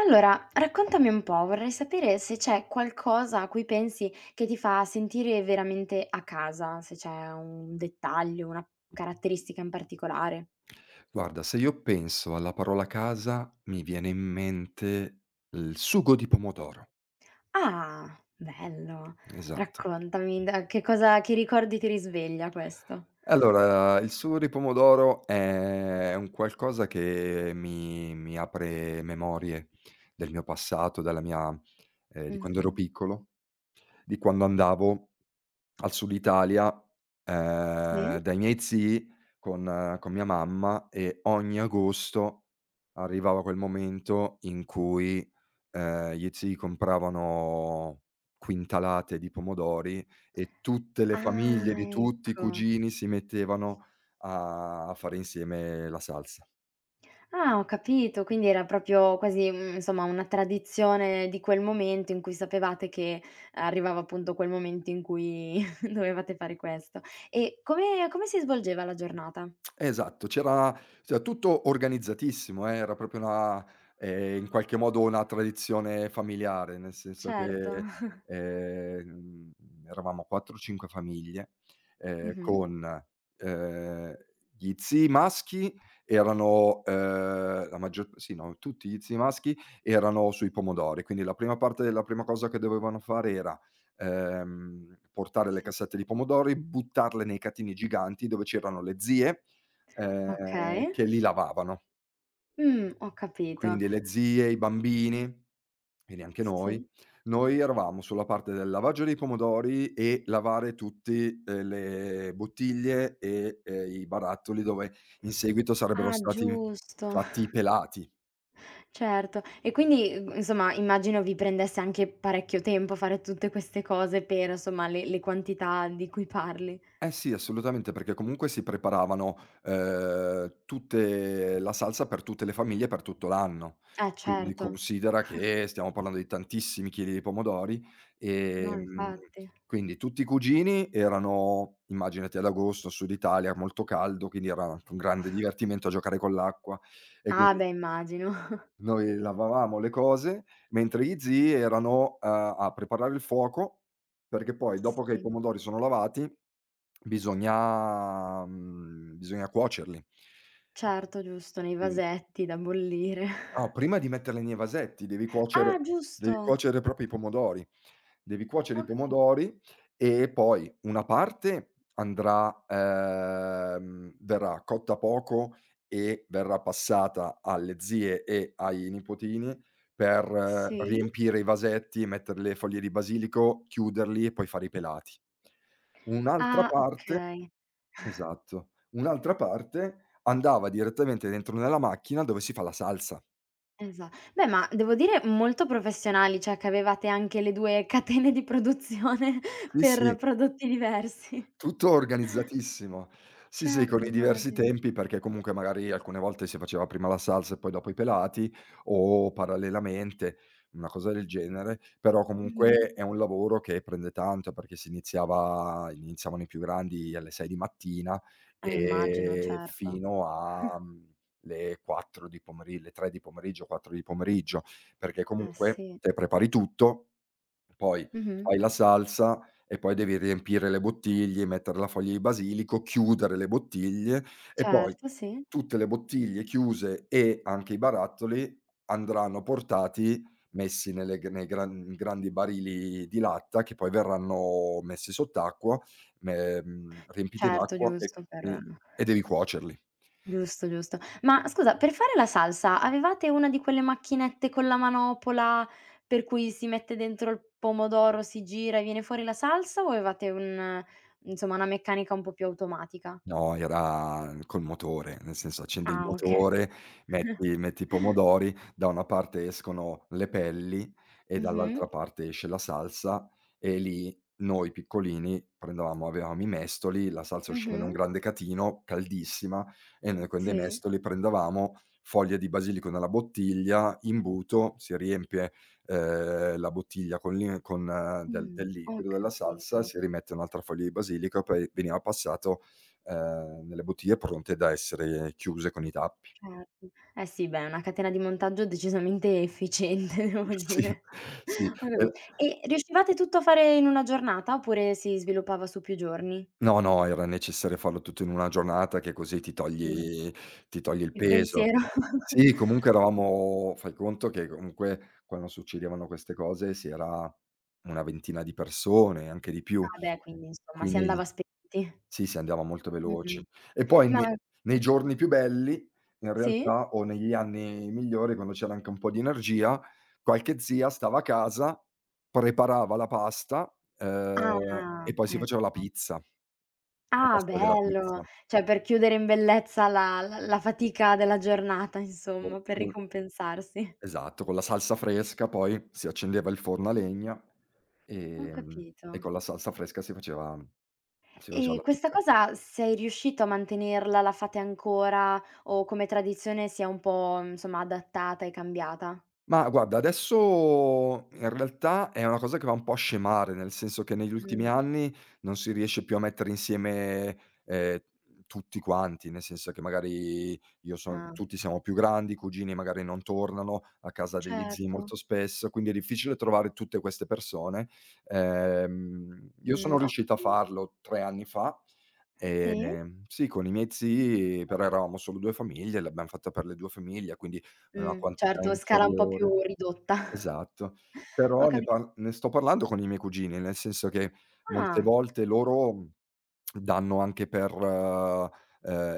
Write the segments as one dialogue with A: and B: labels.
A: Allora, raccontami un po', vorrei sapere se c'è qualcosa a cui pensi che ti fa sentire veramente a casa, se c'è un dettaglio, una caratteristica in particolare.
B: Guarda, se io penso alla parola casa, mi viene in mente il sugo di pomodoro.
A: Ah, bello.
B: Esatto.
A: Raccontami da che cosa che ricordi ti risveglia questo?
B: Allora, il sugo di pomodoro è un qualcosa che mi apre memorie del mio passato, della mia di quando ero
A: Mh-mh.
B: piccolo, di quando andavo al Sud Italia,
A: Sì?
B: dai miei zii con mia mamma, e ogni agosto arrivava quel momento in cui, gli zii compravano quintalate di pomodori e tutte le famiglie
A: Ah,
B: di tutti i
A: ecco.
B: cugini si mettevano a fare insieme la salsa.
A: Ah, ho capito, quindi era proprio quasi, insomma una tradizione di quel momento in cui sapevate che arrivava appunto quel momento in cui dovevate fare questo. E come si svolgeva la giornata?
B: Esatto, c'era, cioè, tutto organizzatissimo, era proprio una, in qualche modo, una tradizione familiare, nel senso
A: Certo.
B: che, ehm, eravamo 4, 5 famiglie,
A: Mh-mh.
B: con, ehm, gli zii maschi erano, la maggior, sì, no, tutti gli zii maschi erano sui pomodori, quindi la prima parte, la prima cosa che dovevano fare era, portare le
A: Sì.
B: cassette di pomodori, buttarle nei catini giganti dove c'erano le zie
A: Okay.
B: che li lavavano.
A: Ho capito.
B: Quindi le zie, i bambini, quindi anche noi.
A: Sì.
B: Noi eravamo sulla parte del lavaggio dei pomodori e lavare tutti, le bottiglie e, i barattoli dove in seguito sarebbero
A: Ah,
B: stati
A: giusto,
B: fatti i pelati.
A: certo. E quindi, insomma immagino vi prendesse anche parecchio tempo fare tutte queste cose per, insomma, le quantità di cui parli.
B: Eh sì, assolutamente, perché comunque si preparavano, tutte la salsa per tutte le famiglie per tutto l'anno.
A: Eh
B: Quindi
A: certo,
B: considera che stiamo parlando di tantissimi chili di pomodori,
A: no
B: ehm,
A: infatti.
B: quindi tutti i cugini erano immaginati ad agosto, Sud Italia, molto caldo, quindi era un grande divertimento a giocare con l'acqua, e
A: Ah
B: quindi
A: beh immagino.
B: noi lavavamo le cose, mentre gli zii erano a preparare il fuoco, perché poi, dopo che i
A: Sì,
B: pomodori sono lavati, bisogna cuocerli.
A: certo giusto, nei
B: Quin
A: vasetti da bollire.
B: No, prima di metterli nei vasetti devi
A: Ah
B: cuocere,
A: giusto,
B: proprio i pomodori. Devi cuocere i
A: ho capi
B: pomodori e poi una parte andrà verrà cotta poco e verrà passata alle zie e ai nipotini per,
A: sì.
B: riempire i vasetti, mettere le foglie di basilico, chiuderli e poi fare i pelati. Un'altra
A: Ah
B: parte
A: okay,
B: Esatto. Un'altra parte andava direttamente dentro nella macchina dove si fa la salsa.
A: esa beh ma devo dire molto professionali, cioè che avevate anche le 2 catene di produzione
B: Sì, sì.
A: per prodotti diversi.
B: Tutto organizzatissimo. Sì, sì,
A: Certo
B: con i diversi
A: immagino.
B: tempi, perché comunque magari alcune volte si faceva prima la salsa e poi dopo i pelati, o parallelamente, una cosa del genere, però
A: Mh-mh.
B: comunque è un lavoro che prende tanto, perché iniziavano i più grandi alle 6 di mattina
A: Immagino,
B: e
A: certo.
B: fino a, le 3 di pomeriggio, 4 di pomeriggio, perché
A: Eh
B: comunque
A: sì.
B: te prepari tutto, poi
A: Mh-mh.
B: fai la salsa e poi devi riempire le bottiglie, mettere la foglia di basilico, chiudere le bottiglie, e poi
A: Certo, sì.
B: tutte le bottiglie chiuse e anche i barattoli andranno portati, messi nelle g nei gran grandi barili di latta che poi verranno messi sott'acqua, riempiti
A: Certo,
B: d'acqua e
A: giusto per
B: e devi cuocerli.
A: giusto, giusto. Ma scusa, per fare la salsa avevate una di quelle macchinette con la manopola per cui si mette dentro il pomodoro, si gira e viene fuori la salsa o avevate un insomma una meccanica un po' più automatica?
B: No, era col motore, nel senso, accendi il
A: Ah okay.
B: motore, metti i pomodori, da una parte escono le pelli e
A: Mh-mh,
B: dall'altra parte esce la salsa, e lì noi piccolini prendevamo avevamo i mestoli, la salsa usciva in
A: mh-mh,
B: un grande catino, caldissima, e noi con dei
A: sì.
B: mestoli prendevamo foglie di basilico nella bottiglia, imbuto, si riempie, la bottiglia con del
A: Ho
B: liquido, della salsa,
A: capito,
B: si rimette un'altra foglia di basilico e poi veniva passato, nelle bottiglie pronte da essere chiuse con i tappi.
A: certo. Eh sì, beh, è una catena di montaggio decisamente efficiente devo
B: Sì,
A: dire.
B: sì,
A: Ho capi e riuscivate tutto a fare in una giornata oppure si sviluppava su più giorni?
B: no, no, era necessario farlo tutto in una giornata, che così ti
A: Mh.
B: togli, il
A: Il
B: peso.
A: pensiero.
B: Sì, comunque eravamo, fai conto che comunque, quando succedevano queste cose, si era una ventina di persone, anche di più.
A: Ah beh, quindi insomma si
B: Quindi
A: andava spenti.
B: sì, sì, andiamo molto veloci.
A: Mh-mh.
B: E poi
A: Ma
B: ne nei giorni più belli, in
A: sì?
B: realtà, o negli anni migliori, quando c'era anche un po' di energia, qualche zia stava a casa, preparava la pasta,
A: Ah,
B: e poi si faceva la
A: ecco.
B: pizza, la
A: Ah
B: pasta della
A: bello,
B: pizza.
A: cioè per chiudere in bellezza la fatica della giornata
B: Col
A: insomma, per
B: col
A: ricompensarsi.
B: Esatto, con la salsa fresca poi si accendeva il forno a legna,
A: Ho
B: ehm,
A: capito.
B: e con la salsa fresca si faceva
A: E
B: la
A: questa
B: pizza.
A: cosa sei riuscito a mantenerla, la fate ancora o come tradizione si è un po', insomma, adattata e cambiata?
B: Ma guarda, adesso in realtà è una cosa che va un po' a scemare, nel senso che negli ultimi
A: Mh.
B: anni non si riesce più a mettere insieme, ehm, tutti quanti, nel senso che magari, io so,
A: Ah,
B: tutti siamo più grandi, i cugini magari non tornano a casa degli zii
A: certo.
B: molto spesso, quindi è difficile trovare tutte queste persone. Io sono
A: Ho
B: riuscito a
A: capito.
B: farlo 3 anni fa,
A: Sì?
B: sì, con i miei zii, però eravamo solo 2 famiglie, l'abbiam fatta per le 2 famiglie, quindi è una quantità
A: Certo, scala un po'
B: inferiore.
A: più ridotta.
B: Esatto.
A: Ho
B: Però
A: capito.
B: ne sto parlando con i miei cugini, nel senso che molte
A: Ah,
B: volte loro, danno anche per,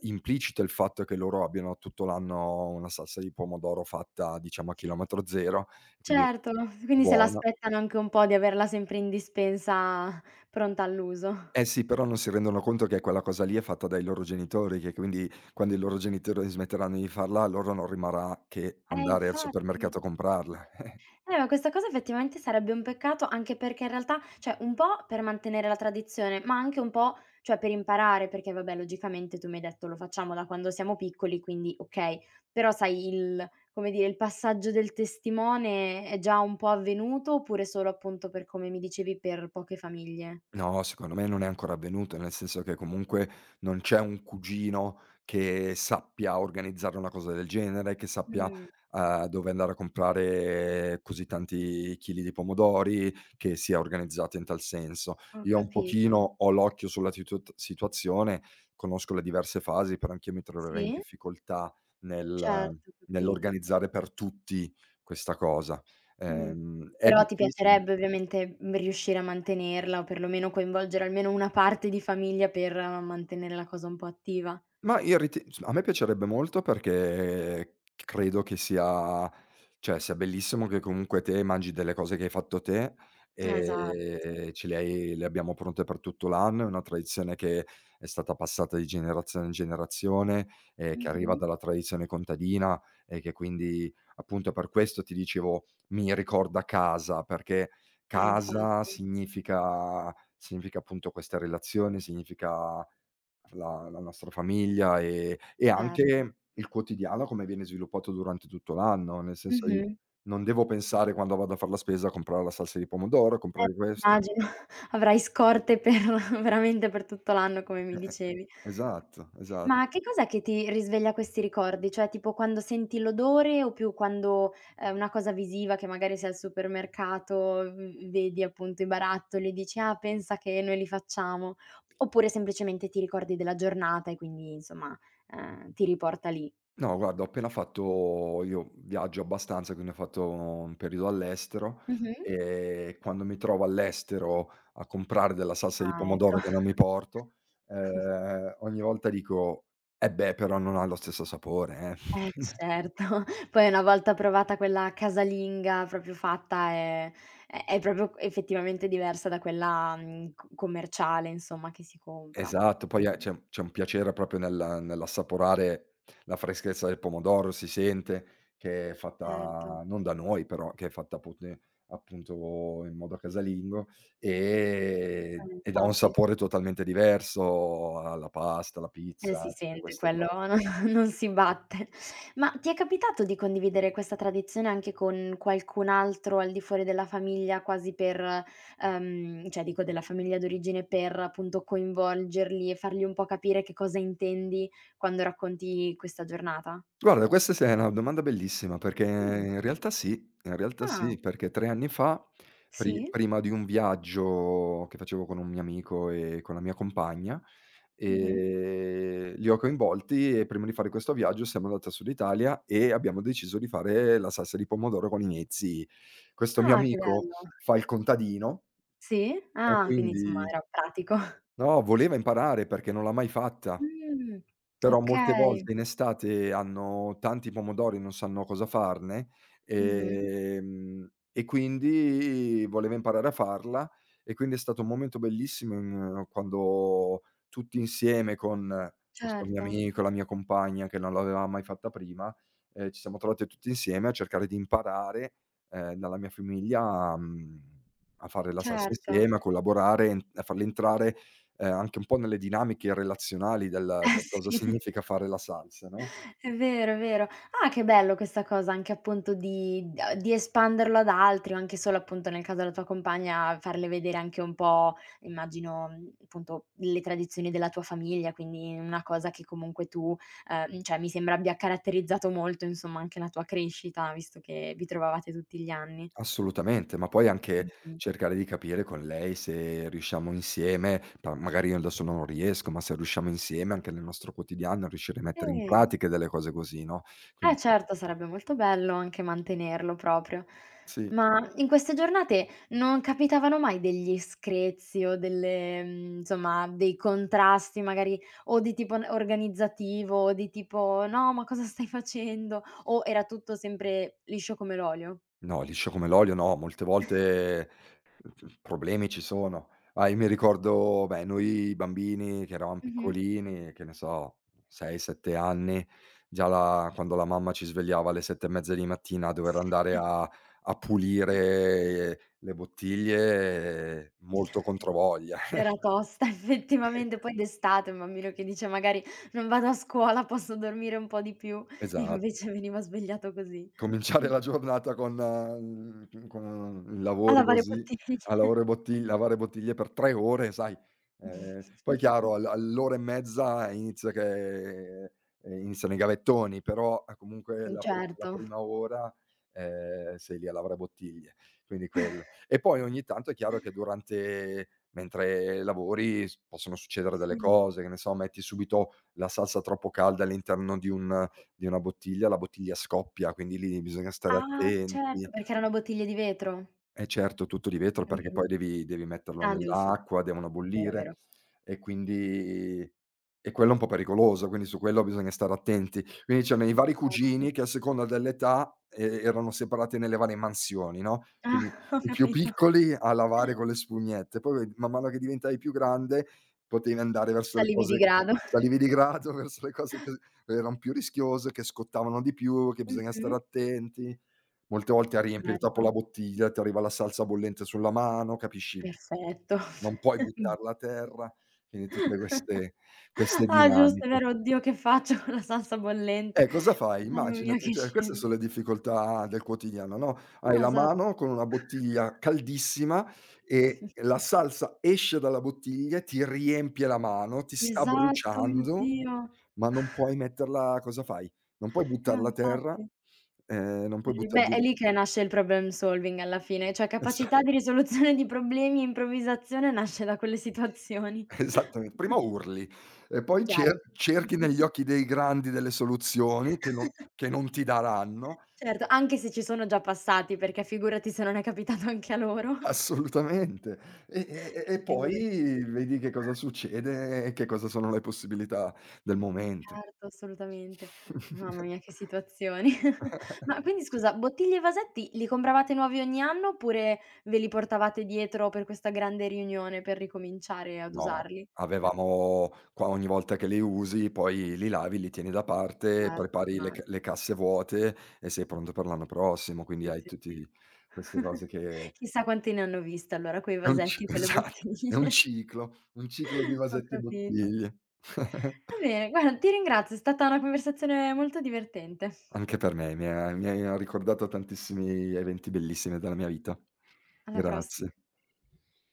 B: implicito il fatto che loro abbiano tutto l'anno una salsa di pomodoro fatta, diciamo, a chilometro zero, quindi
A: certo, quindi se
B: buona.
A: l'aspettano anche un po' di averla sempre in dispensa pronta all'uso.
B: Eh sì, però non si rendono conto che quella cosa lì è fatta dai loro genitori, che quindi, quando i loro genitori smetteranno di farla, a loro non rimarrà che andare al
A: Infatti.
B: supermercato a comprarla.
A: Ma questa cosa effettivamente sarebbe un peccato, anche perché in realtà cioè un po' per mantenere la tradizione, ma anche un po', cioè per imparare, perché vabbè logicamente tu mi hai detto lo facciamo da quando siamo piccoli, quindi okay, però sai il come dire, il passaggio del testimone è già un po' avvenuto, oppure solo appunto per come mi dicevi per poche famiglie?
B: No, secondo me non è ancora avvenuto, nel senso che comunque non c'è un cugino che sappia organizzare una cosa del genere, che sappia,
A: Mh,
B: dove andare a comprare così tanti chili di pomodori, che sia organizzata in tal senso.
A: ho
B: Io un
A: capito.
B: pochino ho l'occhio sulla situat situazione, conosco le diverse fasi, però anch'io mi troverei in
A: Sì?
B: difficoltà nel
A: Certo, ho capito.
B: nell'organizzare per tutti questa cosa.
A: Mh.
B: È
A: Però ti
B: difficile.
A: piacerebbe ovviamente, riuscire a mantenerla o perlomeno coinvolgere almeno una parte di famiglia per mantenere la cosa un po' attiva.
B: Ma io riti s A me piacerebbe molto, perché credo che sia, cioè, sia bellissimo che, comunque, te mangi delle cose che hai fatto te,
A: Esatto, sì.
B: ce le hai le abbiamo pronte per tutto l'anno, è una tradizione che è stata passata di generazione in generazione, che arriva
A: Mh-mh.
B: dalla tradizione contadina, e che quindi, appunto, per questo ti dicevo, mi ricorda casa, perché casa
A: Infatti,
B: significa, appunto, questa relazione, significa la nostra famiglia e
A: certo.
B: anche il quotidiano, come viene sviluppato durante tutto l'anno, nel senso i,
A: Mh-mh.
B: non devo pensare, quando vado a far la spesa, a comprare la salsa di pomodoro,
A: Eh,
B: comprare questo.
A: immagino. Avrai scorte per veramente per tutto l'anno, come mi
B: eh-eh,
A: dicevi.
B: esatto,
A: Ma
B: esatto.
A: che cos'è che ti risveglia questi ricordi? Cioè tipo quando senti l'odore o più quando è una cosa visiva che magari sei al supermercato, v vedi appunto i barattoli e dici: "Ah, pensa che noi li facciamo." Oppure semplicemente ti ricordi della giornata e quindi insomma, ti riporta lì?
B: No, guarda, ho appena fatto, io viaggio abbastanza, quindi ho fatto un periodo all'estero,
A: Mh-mh.
B: e quando mi trovo all'estero a comprare della salsa di
A: Ah,
B: pomodoro
A: ecco.
B: che non mi porto, ogni volta dico: "Eh beh, però non ha lo stesso sapore,
A: Eh
B: eh."
A: certo, poi una volta provata quella casalinga proprio fatta è è proprio effettivamente diversa da quella, c commerciale insomma che si compra.
B: Esatto, poi è c'è un piacere proprio nel nell'assaporare la freschezza del pomodoro, si sente che è
A: Certo,
B: fatta non da noi, però che è fatta appunto, i appunto, in modo casalingo,
A: eh
B: e dà un
A: infatti.
B: sapore totalmente diverso alla pasta, alla
A: Si
B: pizza, tutte
A: sente
B: queste
A: quello,
B: cose.
A: no non si batte. Ma ti è capitato di condividere questa tradizione anche con qualcun altro al di fuori della famiglia, quasi per cioè dico della famiglia d'origine, per appunto coinvolgerli e fargli un po' capire che cosa intendi quando racconti questa giornata?
B: Guarda, questa sì è una domanda bellissima, perché
A: Mh,
B: in realtà sì,
A: ah,
B: perché 3 anni fa,
A: sì,
B: prima di un viaggio che facevo con un mio amico e con la mia compagna,
A: mh-mh.
B: li ho coinvolti, e prima di fare questo viaggio siamo andati al Sud Italia e abbiamo deciso di fare la salsa di pomodoro con i miei zii. Questo mio
A: Ah, che
B: amico
A: bello.
B: fa il contadino,
A: Sì?
B: e
A: Ah, quindi
B: quindi,
A: insomma era pratico.
B: no, voleva imparare perché non l'ha mai fatta.
A: Mh,
B: Però molte
A: okay.
B: volte in estate hanno tanti pomodori, non sanno cosa farne,
A: Mh-mh.
B: e quindi voleva imparare a farla, e quindi è stato un momento bellissimo in quando tutti insieme, con questo mio
A: Certo,
B: amico, la mia compagna che non l'aveva mai fatta prima, ci siamo trovati tutti insieme a cercare di imparare, dalla mia famiglia, a fare la salsa
A: certo.
B: insieme, a collaborare, en a farle entrare, anche un po' nelle dinamiche relazionali del
A: Eh
B: del cosa
A: sì,
B: significa fare la salsa, no?
A: è vero, è vero. Ah, che bello questa cosa anche appunto di d di espanderlo ad altri o anche solo appunto nel caso della tua compagna farle vedere anche un po', immagino, appunto le tradizioni della tua famiglia, quindi una cosa che comunque tu, cioè mi sembra abbia caratterizzato molto insomma anche la tua crescita, visto che vi trovavate tutti gli anni.
B: Assolutamente, ma poi anche
A: Mh-mh.
B: cercare di capire con lei se riusciamo insieme. Pa Magari io adesso non riesco, ma se riusciamo insieme anche nel nostro quotidiano a riuscire a mettere in
A: Eh.
B: pratica delle cose così, no,
A: Eh
B: quindi
A: certo, sarebbe molto bello anche mantenerlo proprio.
B: sì.
A: Ma in queste giornate non capitavano mai degli screzi o delle insomma, dei contrasti magari o di tipo n organizzativo o di tipo: "No, ma cosa stai facendo?" O era tutto sempre liscio come l'olio?
B: No, liscio come l'olio no, molte volte, problemi ci sono. Ah, io mi ricordo, beh, noi bambini che eravam
A: Mh-mh.
B: piccolini, che ne so, 6, 7 anni, già la, quando la mamma ci svegliava alle 7 e mezza di mattina a dover andare
A: Sì.
B: a pulire le bottiglie, molto controvoglia.
A: Era tosta effettivamente, poi d'estate un bambino che dice magari: "Non vado a scuola, posso dormire un po' di più", e
B: Esat
A: invece veniva svegliato così.
B: Cominciare
A: Mh.
B: la giornata con, con
A: A
B: lavori
A: lavare
B: così,
A: bottiglie.
B: a lavoro e botti lavare bottiglie per 3 ore, sai, poi chiaro, al all'ora e mezza inizia che, iniziano i gavettoni, però, a comunque, la
A: Certo.
B: prima ora, sei lì a lavare bottiglie, quindi quello. E poi ogni tanto è chiaro che durante mentre lavori, s possono succedere delle
A: Sì.
B: cose, che ne so, metti subito la salsa troppo calda all'interno di un, di una bottiglia, la bottiglia scoppia, quindi lì bisogna stare
A: Ah,
B: attenti.
A: certo, perché erano bottiglie di vetro?
B: Eh certo, tutto di vetro, perché
A: Mh-mh.
B: poi devi metterlo
A: Ah, giusto,
B: nell'acqua, devono
A: vero,
B: bollire,
A: vero.
B: e quindi e quello è un po' pericoloso, quindi su quello bisogna stare attenti. Quindi c'erano i vari
A: Infatti.
B: cugini che, a seconda dell'età, erano separati nelle varie mansioni, no,
A: Ah,
B: quindi
A: ho
B: i più
A: capito.
B: piccoli a lavare con le spugnette, poi, man mano che diventavi più grande, potevi andare verso le
A: Salivi di
B: cose,
A: grado.
B: salivi di grado verso le cose che eran più rischiose, che scottavano di più, che bisogna stare
A: Mh-mh.
B: attenti. Molte volte a riempire troppo la
A: Certo,
B: bottiglia, ti arriva la salsa bollente sulla mano, capisci,
A: perfetto.
B: non puoi
A: Mh.
B: buttarla a terra, quindi tutte queste
A: Ah, giusto, è
B: dinamiche.
A: vero. Oddio, che faccio con la salsa bollente.
B: Cosa fai?
A: Mamma mia,
B: Immaginati,
A: che
B: cioè queste
A: scene.
B: sono le difficoltà del quotidiano, no, hai
A: No,
B: la
A: esatto.
B: mano con una bottiglia caldissima e la salsa esce dalla bottiglia, ti riempie la mano, ti sta
A: Esatto, mio
B: bruciando,
A: Dio.
B: ma non puoi metterla, cosa fai? Non puoi
A: No,
B: buttarla a terra,
A: infatti.
B: non puoi buttar
A: Beh,
B: via.
A: è lì che nasce il problem solving alla fine, cioè
B: esa
A: capacità di risoluzione di problemi e improvvisazione nasce da quelle situazioni.
B: Esattamente, prima urli e poi
A: Chiaro.
B: cerchi negli occhi dei grandi delle soluzioni che non, ti daranno,
A: Certo, anche se ci sono già passati, perché figurati se non è capitato anche a loro.
B: assolutamente. E
A: Ti tengono
B: poi vedi che cosa succede e che cosa sono le possibilità del momento.
A: certo, assolutamente. Mamma mia, che situazioni. Ma quindi scusa, bottiglie e vasetti li compravate nuovi ogni anno oppure ve li portavate dietro per questa grande riunione per ricominciare ad
B: No,
A: usarli?
B: avevamo, qua ogni volta che li usi poi li lavi, li tieni da parte,
A: Certo,
B: prepari
A: ormai.
B: le casse vuote, e sei pronto per l'anno prossimo, quindi
A: Sì,
B: hai
A: sì, sì.
B: tutti queste cose che...
A: Chissà quanti ne hanno viste allora quei
B: È un ci
A: vasetti, quelle
B: esatto, è
A: bottiglie.
B: un ciclo di
A: Ho
B: vasetti e
A: capito.
B: bottiglie.
A: Va bene, guarda ti ringrazio, è stata una conversazione molto divertente.
B: Anche per me, mi hai ricordato tantissimi eventi bellissimi della mia vita.
A: Alla prossima.
B: Grazie.